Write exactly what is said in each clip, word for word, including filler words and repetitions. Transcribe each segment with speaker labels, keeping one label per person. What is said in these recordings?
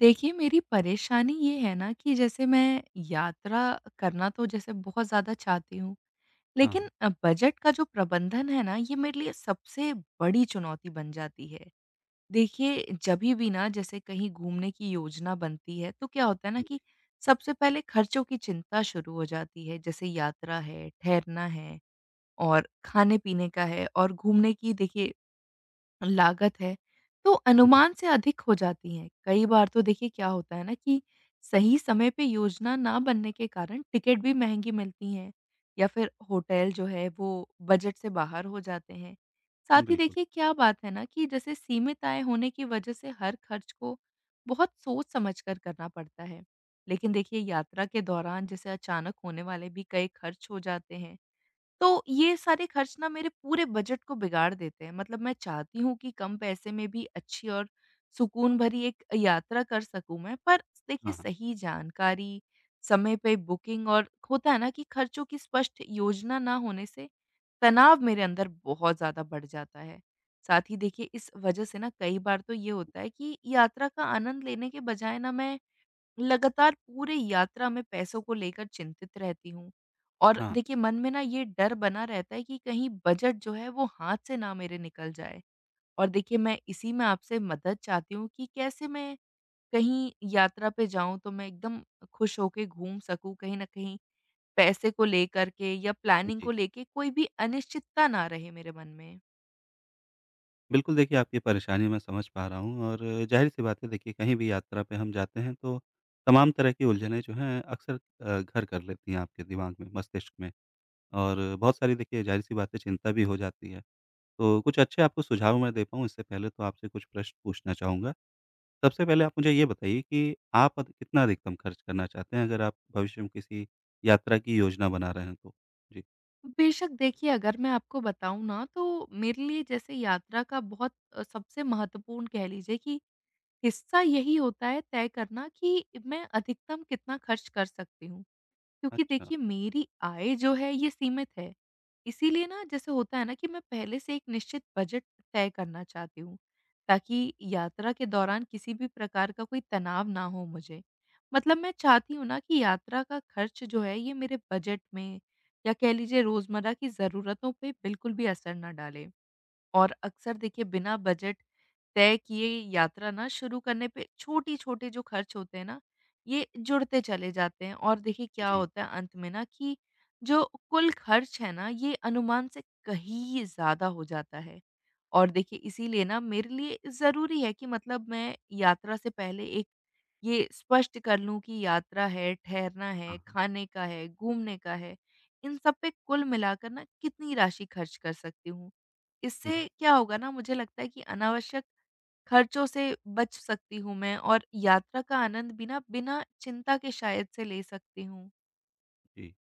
Speaker 1: देखिए, मेरी परेशानी ये है ना कि जैसे मैं यात्रा करना तो जैसे बहुत ज़्यादा चाहती हूँ,
Speaker 2: हाँ,
Speaker 1: लेकिन
Speaker 2: हाँ।
Speaker 1: अ, बजट का जो प्रबंधन है ना, ये मेरे लिए सबसे बड़ी चुनौती बन जाती है। देखिए, जभी भी ना जैसे कहीं घूमने की योजना बनती है, तो क्या होता है ना कि सबसे पहले खर्चों की चिंता शुरू हो जाती है। जैसे यात्रा है, ठहरना है और खाने-पीने का है और घूमने की देखिए लागत है, तो
Speaker 2: जी, जी।
Speaker 1: अनुमान से अधिक हो जाती हैं। कई बार तो देखिए क्या होता है ना कि सही समय पे योजना ना बनने के कारण टिकट भी महँगी मिलती हैं, या फिर होटल जो है वो बजट से बाहर हो जाते हैं। साथ ही
Speaker 2: बिल्कुल।
Speaker 1: देखिए क्या बात है ना कि जैसे सीमित आय होने की वजह से हर खर्च को बहुत सोच समझ कर करना पड़ता है। लेकिन देखिए यात्रा के दौरान जैसे अचानक होने वाले भी कई खर्च हो जाते हैं। तो ये सारे खर्च ना मेरे पूरे बजट को बिगाड़ देते हैं। मतलब मैं चाहती हूँ कि कम पैसे में भी अच्छी और सुकून भरी एक यात्रा कर सकूँ मैं, पर देखिए
Speaker 2: हाँ, हाँ।
Speaker 1: सही जानकारी, समय पे बुकिंग और होता है ना कि खर्चों की स्पष्ट योजना ना होने से तनाव मेरे अंदर बहुत ज़्यादा बढ़ जाता है। साथ ही देखिए इस वजह से ना कई बार तो ये होता है कि यात्रा का आनंद लेने के बजाय ना मैं लगातार पूरे यात्रा में पैसों को लेकर चिंतित रहती हूँ। और
Speaker 2: हाँ,
Speaker 1: देखिए मन में ना ये डर बना रहता है कि कहीं बजट जो है वो हाथ से ना मेरे निकल जाए। और देखिए मैं इसी में आपसे मदद चाहती हूँ कि कैसे मैं कहीं यात्रा पे जाऊं, तो मैं एकदम खुश होके घूम सकूं, कहीं ना कहीं पैसे को लेकर के या प्लानिंग
Speaker 2: जी।
Speaker 1: को लेके कोई भी अनिश्चितता ना रहे मेरे मन में।
Speaker 2: बिल्कुल देखिए आपकी परेशानी मैं समझ पा रहा हूँ और ज़ाहिर-सी बात है, देखिए कहीं भी यात्रा पे हम जाते हैं तो तमाम तरह की उलझनें जो हैं अक्सर अ, घर कर लेती हैं आपके दिमाग में, मस्तिष्क में, और बहुत सारी देखिए ज़ाहिर-सी बात है चिंता भी हो जाती है। तो कुछ अच्छे आपको सुझाव मैं दे पाऊँ इससे पहले तो आपसे कुछ प्रश्न पूछना चाहूँगा। सबसे पहले आप मुझे ये बताइए कि आप अद कितना अधिकतम खर्च करना चाहते हैं अगर आप भविष्य में किसी यात्रा की योजना बना रहे हैं तो? जी।
Speaker 1: बेशक देखिए, अगर मैं आपको बताऊं ना, तो मेरे लिए जैसे यात्रा का बहुत अ, सबसे महत्वपूर्ण कह लीजिए कि हिस्सा यही होता है तय करना कि मैं अधिकतम कितना खर्च कर सकती हूँ। क्योंकि
Speaker 2: अच्छा।
Speaker 1: देखिए मेरी आय जो है ये सीमित है। इसीलिए ना जैसे होता है ना कि मैं पहले से एक निश्चित बजट तय करना चाहती हूँ, ताकि यात्रा के दौरान किसी भी प्रकार का कोई तनाव ना हो मुझे। मतलब मैं चाहती हूँ ना कि यात्रा का खर्च जो है ये मेरे बजट में या कह लीजिए रोज़मर्रा की ज़रूरतों पे बिल्कुल भी असर ना डाले। और अक्सर देखिए बिना बजट तय किए यात्रा ना शुरू करने पे छोटे-छोटे जो खर्च होते हैं ना, ये जुड़ते चले जाते हैं, और देखिए क्या
Speaker 2: जी।
Speaker 1: होता है अंत में ना कि जो कुल खर्च है ना, ये अनुमान से कहीं ज़्यादा हो जाता है। और देखिए इसीलिए ना मेरे लिए ज़रूरी है कि मतलब मैं यात्रा से पहले एक ये स्पष्ट कर लूँ कि यात्रा है, ठहरना है,
Speaker 2: हाँ।
Speaker 1: खाने का है, घूमने का है, इन सब पे कुल मिलाकर ना कितनी राशि खर्च कर सकती हूँ।
Speaker 2: जी,
Speaker 1: इससे क्या होगा ना, मुझे लगता है कि अनावश्यक खर्चों से बच सकती हूँ मैं, और यात्रा का आनंद भी ना बिना चिंता के शायद से ले सकती हूँ।
Speaker 2: जी।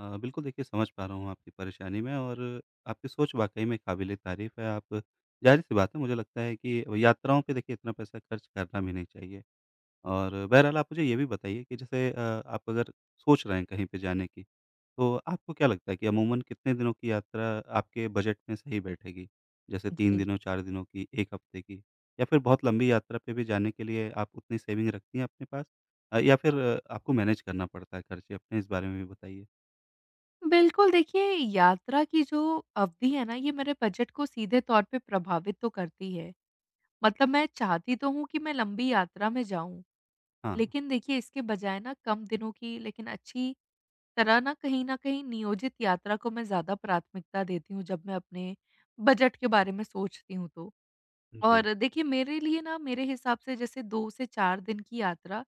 Speaker 2: अ, बिल्कुल देखिए समझ पा रहा हूँ आपकी परेशानी में, और आपकी सोच वाक़ई में काबिल-ए-तारीफ़ है। आप ज़ाहिर-सी बात है, मुझे लगता है कि यात्राओं पे देखिए इतना पैसा खर्च करना भी नहीं चाहिए। और बहरहाल आप मुझे ये भी बताइए कि जैसे अ, आप अगर सोच रहे हैं कहीं पे जाने की, तो आपको क्या लगता है कि अमूमन कितने दिनों की यात्रा आपके बजट में सही बैठेगी? जैसे तीन
Speaker 1: जी।
Speaker 2: दिनों, चार दिनों की, एक हफ्ते की, या फिर बहुत लंबी यात्रा पे भी जाने के लिए आप उतनी सेविंग रखती हैं अपने पास, अ, या फिर अ, आपको मैनेज करना पड़ता है खर्चे अपने? इस बारे में भी बताइए?
Speaker 1: बिल्कुल, देखिए यात्रा की जो अवधि है ना ये मेरे बजट को सीधे तौर पे प्रभावित तो करती है। मतलब मैं चाहती तो हूँ कि मैं लंबी यात्रा में जाऊँ।
Speaker 2: हाँ,
Speaker 1: लेकिन देखिए इसके बजाय ना कम दिनों की लेकिन अच्छी तरह ना कहीं न कहीं नियोजित यात्रा को मैं ज़्यादा प्राथमिकता देती हूँ, जब मैं अपने बजट के बारे में सोचती हूँ तो।
Speaker 2: जी।
Speaker 1: और देखिए मेरे लिए ना मेरे हिसाब से जैसे दो से चार दिन की यात्रा,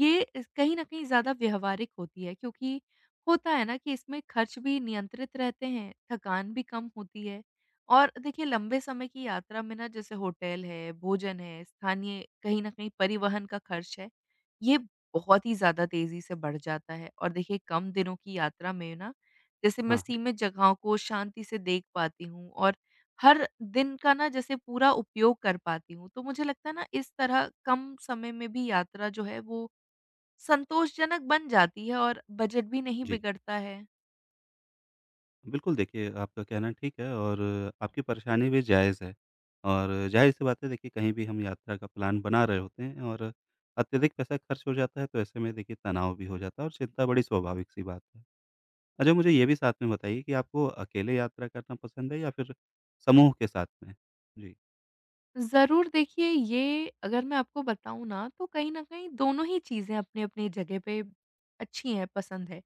Speaker 1: ये इस कहीं न कहीं ज़्यादा व्यावहारिक होती है, क्योंकि होता है ना कि इसमें खर्च भी नियंत्रित रहते हैं, थकान भी कम होती है। और देखिए लंबे समय की यात्रा में ना जैसे होटल है, भोजन है, स्थानीय कहीं न कहीं परिवहन का खर्च है, ये बहुत ही ज़्यादा तेज़ी से बढ़ जाता है। और देखिए कम दिनों की यात्रा में ना, जैसे
Speaker 2: हाँ,
Speaker 1: मैं
Speaker 2: हाँ।
Speaker 1: सीमित जगहों को शांति से देख पाती हूँ, और हर दिन का ना जैसे पूरा उपयोग कर पाती हूँ। तो मुझे लगता है ना इस तरह कम समय में भी यात्रा जो है वो संतोषजनक बन जाती है और बजट भी नहीं
Speaker 2: जी।
Speaker 1: बिगड़ता है।
Speaker 2: बिल्कुल, देखिए आपका कहना ठीक है और आपकी परेशानी भी जायज़ है। और ज़ाहिर-सी बात है, देखिए कहीं भी हम यात्रा का प्लान बना रहे होते हैं और अत्यधिक पैसा खर्च हो जाता है तो ऐसे में देखिए तनाव भी हो जाता है और चिंता बड़ी स्वाभाविक-सी बात है। अच्छा, मुझे ये भी साथ में बताइए कि आपको अकेले यात्रा करना पसंद है या फिर समूह के साथ में? जी।
Speaker 1: ज़रूर देखिए, ये अगर मैं आपको बताऊँ ना, तो कहीं न कहीं दोनों ही चीज़ें अपनी-अपनी जगह पे अच्छी हैं, पसंद है।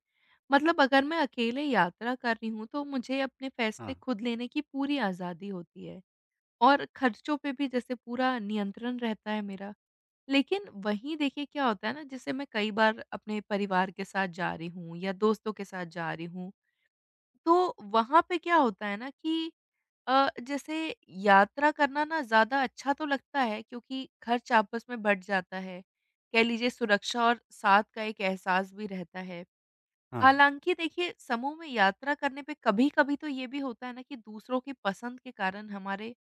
Speaker 1: मतलब अगर मैं अकेले यात्रा कर रही हूँ, तो मुझे अपने
Speaker 2: हाँ,
Speaker 1: फैसले खुद लेने की पूरी आज़ादी होती है, और खर्चों पे भी जैसे पूरा नियंत्रण रहता है मेरा। लेकिन वहीं देखिए क्या होता है ना जैसे मैं कई बार अपने परिवार के साथ जा रही हूँ या दोस्तों के साथ जा रही हूँ, तो वहाँ पे क्या होता है ना कि अ, जैसे यात्रा करना ना ज़्यादा अच्छा तो लगता है, क्योंकि खर्च आपस में बँट जाता है। कह लीजिए सुरक्षा और साथ का एक एहसास भी रहता है।
Speaker 2: हाँ।
Speaker 1: हालाँकि देखिए समूह में यात्रा करने पे कभी-कभी तो ये भी होता है ना कि दूसरों की पसंद के कारण हमारे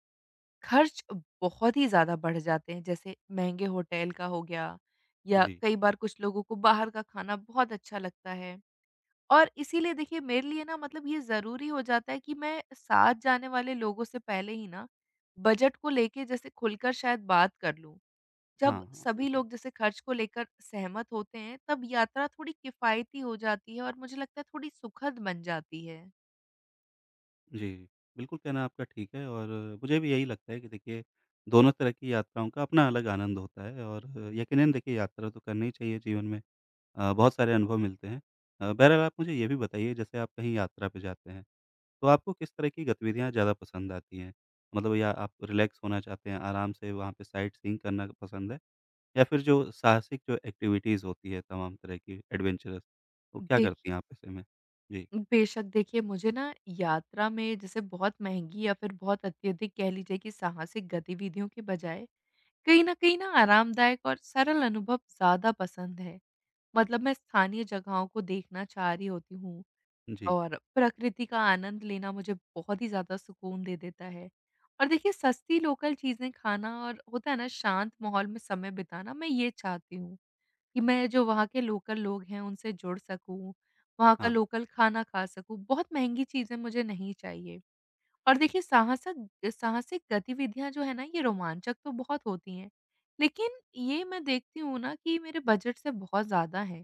Speaker 1: खर्च बहुत ही ज़्यादा बढ़ जाते हैं, जैसे महँगे होटल का हो गया, या
Speaker 2: जी।
Speaker 1: कई बार कुछ लोगों को बाहर का खाना बहुत अच्छा लगता है। और इसीलिए देखिए मेरे लिए ना, मतलब ये ज़रूरी हो जाता है कि मैं साथ जाने वाले लोगों से पहले ही ना बजट को लेके जैसे खुलकर शायद बात कर लूँ। जब
Speaker 2: हाँ, हाँ,
Speaker 1: सभी
Speaker 2: बिल्कुल।
Speaker 1: लोग जैसे खर्च को लेकर सहमत होते हैं, तब यात्रा थोड़ी किफ़ायती हो जाती है, और मुझे लगता है थोड़ी सुखद बन जाती
Speaker 2: जी, बिल्कुल, कहना आपका ठीक है और मुझे भी यही लगता है कि देखिए, दोनों तरह की यात्राओं का अपना अलग आनंद होता है और यकीनन देखिए यात्रा तो करनी ही चाहिए जीवन में। अ, बहुत सारे अनुभव मिलते हैं। अ, बहरहाल आप मुझे ये भी बताइए जैसे आप कहीं यात्रा पे जाते हैं, तो आपको किस तरह की गतिविधियाँ ज़्यादा पसंद आती हैं? मतलब या आप रिलैक्स होना चाहते हैं, आराम से वहाँ पे साइट सीइंग करना पसंद है, या फिर जो साहसिक जो एक्टिविटीज़ होती है तमाम तरह की एडवेंचरस, तो क्या
Speaker 1: है।
Speaker 2: करती हैं आप ऐसे में? जी,
Speaker 1: बेशक देखिए मुझे ना यात्रा में जैसे बहुत महँगी या फिर बहुत अत्यधिक कह लीजिए कि साहसिक गतिविधियों के बजाय कहीं न कहीं ना आरामदायक और सरल अनुभव ज़्यादा पसंद है। मतलब मैं स्थानीय जगहों को देखना चाह रही होती हूँ,
Speaker 2: जी,
Speaker 1: और प्रकृति का आनंद लेना मुझे बहुत ही ज़्यादा सुकून दे देता है। और देखिए सस्ती लोकल चीज़ें खाना और होता है ना शांत माहौल में समय बिताना मैं ये चाहती हूँ। कि मैं जो वहाँ के लोकल लोग हैं उनसे जुड़ सकूँ, वहाँ का
Speaker 2: हाँ,
Speaker 1: लोकल खाना खा सकूँ, बहुत महँगी चीज़ें मुझे नहीं चाहिए। और देखिए साहसक साहसिक गतिविधियाँ जो है ना ये रोमांचक तो बहुत होती हैं, लेकिन ये मैं देखती हूँ ना कि मेरे बजट से बहुत ज़्यादा हैं,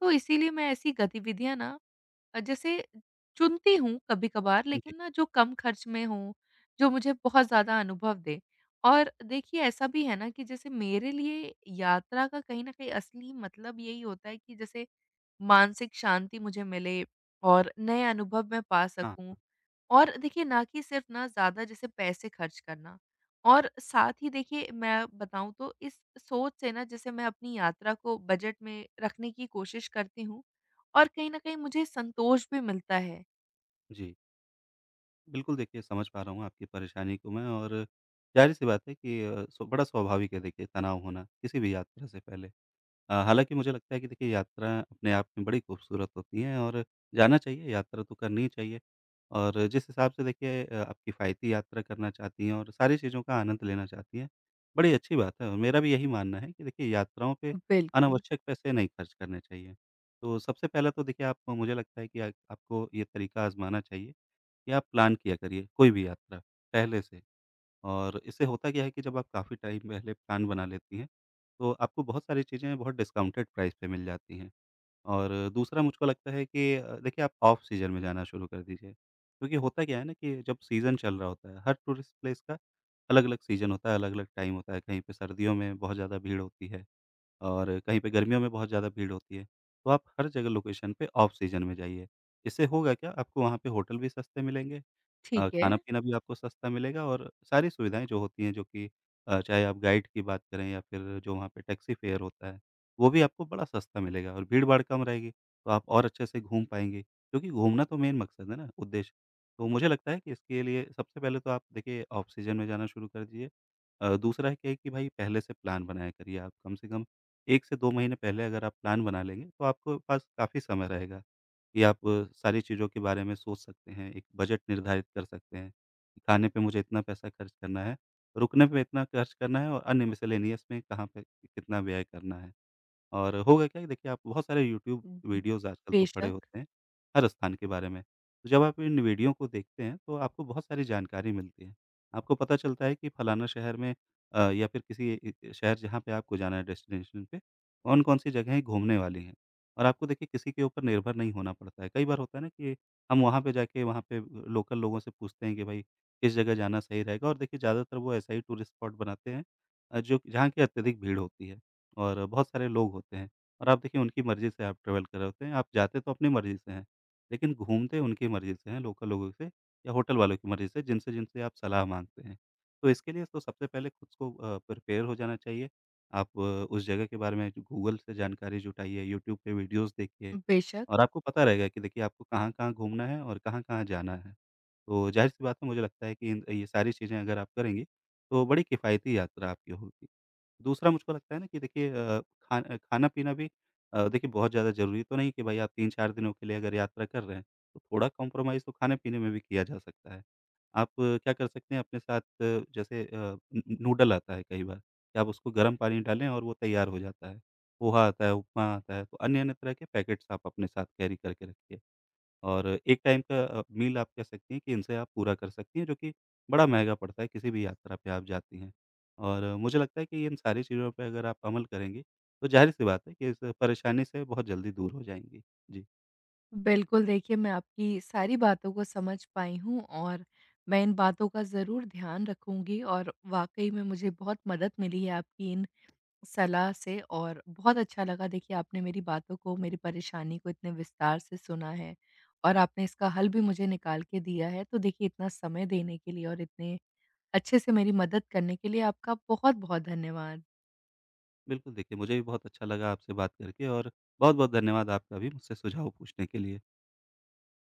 Speaker 1: तो इसीलिए मैं ऐसी गतिविधियाँ ना अ, जैसे चुनती हूँ कभी-कभार,
Speaker 2: जी,
Speaker 1: लेकिन ना जो कम खर्च में हो, जो मुझे बहुत ज़्यादा अनुभव दे। और देखिए ऐसा भी है ना कि जैसे मेरे लिए यात्रा का कहीं न कहीं असली मतलब यही होता है कि जैसे मानसिक शांति मुझे मिले और नए अनुभव मैं पा
Speaker 2: हाँ,
Speaker 1: सकूँ।
Speaker 2: हाँ,
Speaker 1: और देखिए ना कि सिर्फ़ ना ज़्यादा जैसे पैसे खर्च करना। और साथ ही देखिए मैं बताऊँ तो इस सोच से ना जैसे मैं अपनी यात्रा को बजट में रखने की कोशिश करती हूँ, और कहीं न कहीं मुझे संतोष भी मिलता है।
Speaker 2: जी। बिल्कुल देखिए समझ पा रहा हूँ आपकी परेशानी को मैं, और ज़ाहिर-सी बात है कि अ, स्व बड़ा स्वाभाविक है देखिए तनाव होना, किसी भी यात्रा से पहले। अ, हालाँकि मुझे लगता है कि देखिए यात्रा अपने आप में बड़ी खूबसूरत होती हैं और जाना चाहिए, यात्रा तो करनी ही चाहिए। और जिस हिसाब से देखिए अ, आप किफ़ायती यात्रा करना चाहती हैं और सारी चीज़ों का आनंद लेना चाहती हैं, बड़ी अच्छी बात है, और मेरा भी यही मानना है कि देखिए यात्राओं पे
Speaker 1: बिल्कुल,
Speaker 2: अनावश्यक पैसे नहीं खर्च करने चाहिए। तो सबसे पहले तो देखिए आप, मुझे लगता है कि आ आपको ये तरीका आज़माना चाहिए कि आप प्लान किया करिए कोई भी यात्रा पहले से, और इससे होता क्या है कि जब आप काफ़ी टाइम पहले प्लान बना लेती हैं, तो आपको बहुत सारी चीज़ें बहुत डिस्काउंटेड प्राइस पे मिल जाती हैं। और दूसरा मुझको लगता है कि अ, देखिए आप ऑफ सीज़न में जाना शुरू कर दीजिए, क्योंकि होता क्या है ना कि जब सीज़न चल रहा होता है, हर टूरिस्ट प्लेस का अलग-अलग सीज़न होता है, अलग-अलग टाइम होता है। कहीं पे सर्दियों में बहुत ज़्यादा भीड़ होती है और कहीं पे गर्मियों में बहुत ज़्यादा भीड़ होती है। तो आप हर जगह लोकेशन पे ऑफ सीज़न में जाइए। इससे होगा क्या, आपको वहाँ पे होटल भी सस्ते मिलेंगे,
Speaker 1: ठीक
Speaker 2: अ,
Speaker 1: है।
Speaker 2: खाना-पीना भी आपको सस्ता मिलेगा और सारी सुविधाएँ जो होती हैं, जो कि अ, चाहे आप गाइड की बात करें या फिर जो वहाँ पे टैक्सी फेयर होता है, वो भी आपको बड़ा सस्ता मिलेगा और भीड़-भाड़ कम रहेगी, तो आप और अच्छे से घूम पाएँगे, क्योंकि घूमना तो मेन मकसद है ना, उद्देश्य। तो मुझे लगता है कि इसके लिए सबसे पहले तो आप देखिए ऑफ सीजन में जाना शुरू कर दीजिए। अ, दूसरा है क्या है कि भाई पहले से प्लान बनाया करिए आप, कम से कम एक से दो महीने पहले अगर आप प्लान बना लेंगे, तो आपके पास काफ़ी समय रहेगा कि आप सारी चीज़ों के बारे में सोच सकते हैं, एक बजट निर्धारित कर सकते हैं। कि खाने पे मुझे इतना पैसा खर्च करना है, रुकने पे इतना खर्च करना है और अन्य मिसेलेनियस में कहाँ पे कितना व्यय करना है। और होगा क्या कि देखिए आप बहुत सारे यूट्यूब
Speaker 1: हुँ।
Speaker 2: वीडियोज़ आजकल तो पड़े
Speaker 1: बेशक,
Speaker 2: होते हैं, हर स्थान के बारे में। तो जब आप इन वीडियो को देखते हैं तो आपको बहुत सारी जानकारी मिलती है। आपको पता चलता है कि फलाना शहर में, अ, या फिर किसी ए ए शहर जहाँ पे आपको जाना है डेस्टिनेशन पे, कौन-कौन सी जगहें घूमने वाली हैं। और आपको देखिए किसी के ऊपर निर्भर नहीं होना पड़ता है। कई बार होता है ना कि हम वहाँ पे जाके वहाँ पे लोकल लोगों से पूछते हैं कि भाई किस जगह जाना सही रहेगा, और देखिए ज़्यादातर वो ऐसा ही टूरिस्ट स्पॉट बनाते हैं अ, जो जहाँ की अत्यधिक भीड़ होती है। और बहुत सारे लोग होते हैं, और आप देखिए उनकी मर्ज़ी से आप ट्रैवल कर रहे होते हैं। आप जाते तो अपनी मर्ज़ी से हैं, लेकिन घूमते उनकी मर्ज़ी से हैं, लोकल लोगों से या होटल वालों की मर्ज़ी से जिनसे जिनसे आप सलाह माँगते हैं। तो इसके लिए तो सबसे पहले खुद को अ, प्रिपेयर हो जाना चाहिए। आप अ, उस जगह के बारे में गूगल से जानकारी जुटाइए, यूट्यूब पे वीडियोज़ देखिए,
Speaker 1: बेशक,
Speaker 2: और आपको पता रहेगा कि देखिए आपको कहाँ-कहाँ घूमना है और कहाँ-कहाँ जाना है। तो ज़ाहिर-सी बात है, मुझे लगता है कि इन ये सारी चीज़ें अगर आप करेंगी, तो बड़ी किफ़ायती यात्रा आपकी होगी। दूसरा मुझको लगता है ना कि देखिए अ, खा खाना-पीना भी अ, देखिए बहुत ज़्यादा ज़रूरी तो नहीं कि भाई आप तीन चार दिनों के लिए अगर यात्रा कर रहे हैं, तो थोड़ा कॉम्प्रोमाइज़ तो खाने-पीने में भी किया जा सकता है। आप क्या कर सकते हैं अपने साथ अ, जैसे अ, नू नूडल आता है कई बार, कि आप उसको गर्म पानी में डालें और वो तैयार हो जाता है। पोहा आता है, उपमा आता है, तो अन्य-अन्य तरह के पैकेट्स आप अपने साथ कैरी करके रखिए। और एक टाइम का अ, मील आप कह सकती हैं कि इनसे आप पूरा कर सकती हैं, जो कि बड़ा महँगा पड़ता है किसी भी यात्रा पे आप जाती हैं। और मुझे लगता है कि इन सारी चीज़ों पे अगर आप अमल करेंगी, तो ज़ाहिर-सी बात है कि इस परेशानी से बहुत जल्दी दूर हो जाएँगी। जी,
Speaker 1: बिल्कुल देखिए मैं आपकी सारी बातों को समझ पाई हूँ, और मैं इन बातों का ज़रूर ध्यान रखूँगी, और वाक़ई में मुझे बहुत मदद मिली है आपकी इन सलाह से। और बहुत अच्छा लगा देखिए आपने मेरी बातों को, मेरी परेशानी को इतने विस्तार से सुना है, और आपने इसका हल भी मुझे निकाल के दिया है। तो देखिए इतना समय देने के लिए और इतने अच्छे से मेरी मदद करने के लिए आपका बहुत-बहुत धन्यवाद।
Speaker 2: बिल्कुल देखिए मुझे भी बहुत अच्छा लगा आपसे बात करके, और बहुत-बहुत धन्यवाद आपका भी मुझसे सुझाव पूछने के लिए।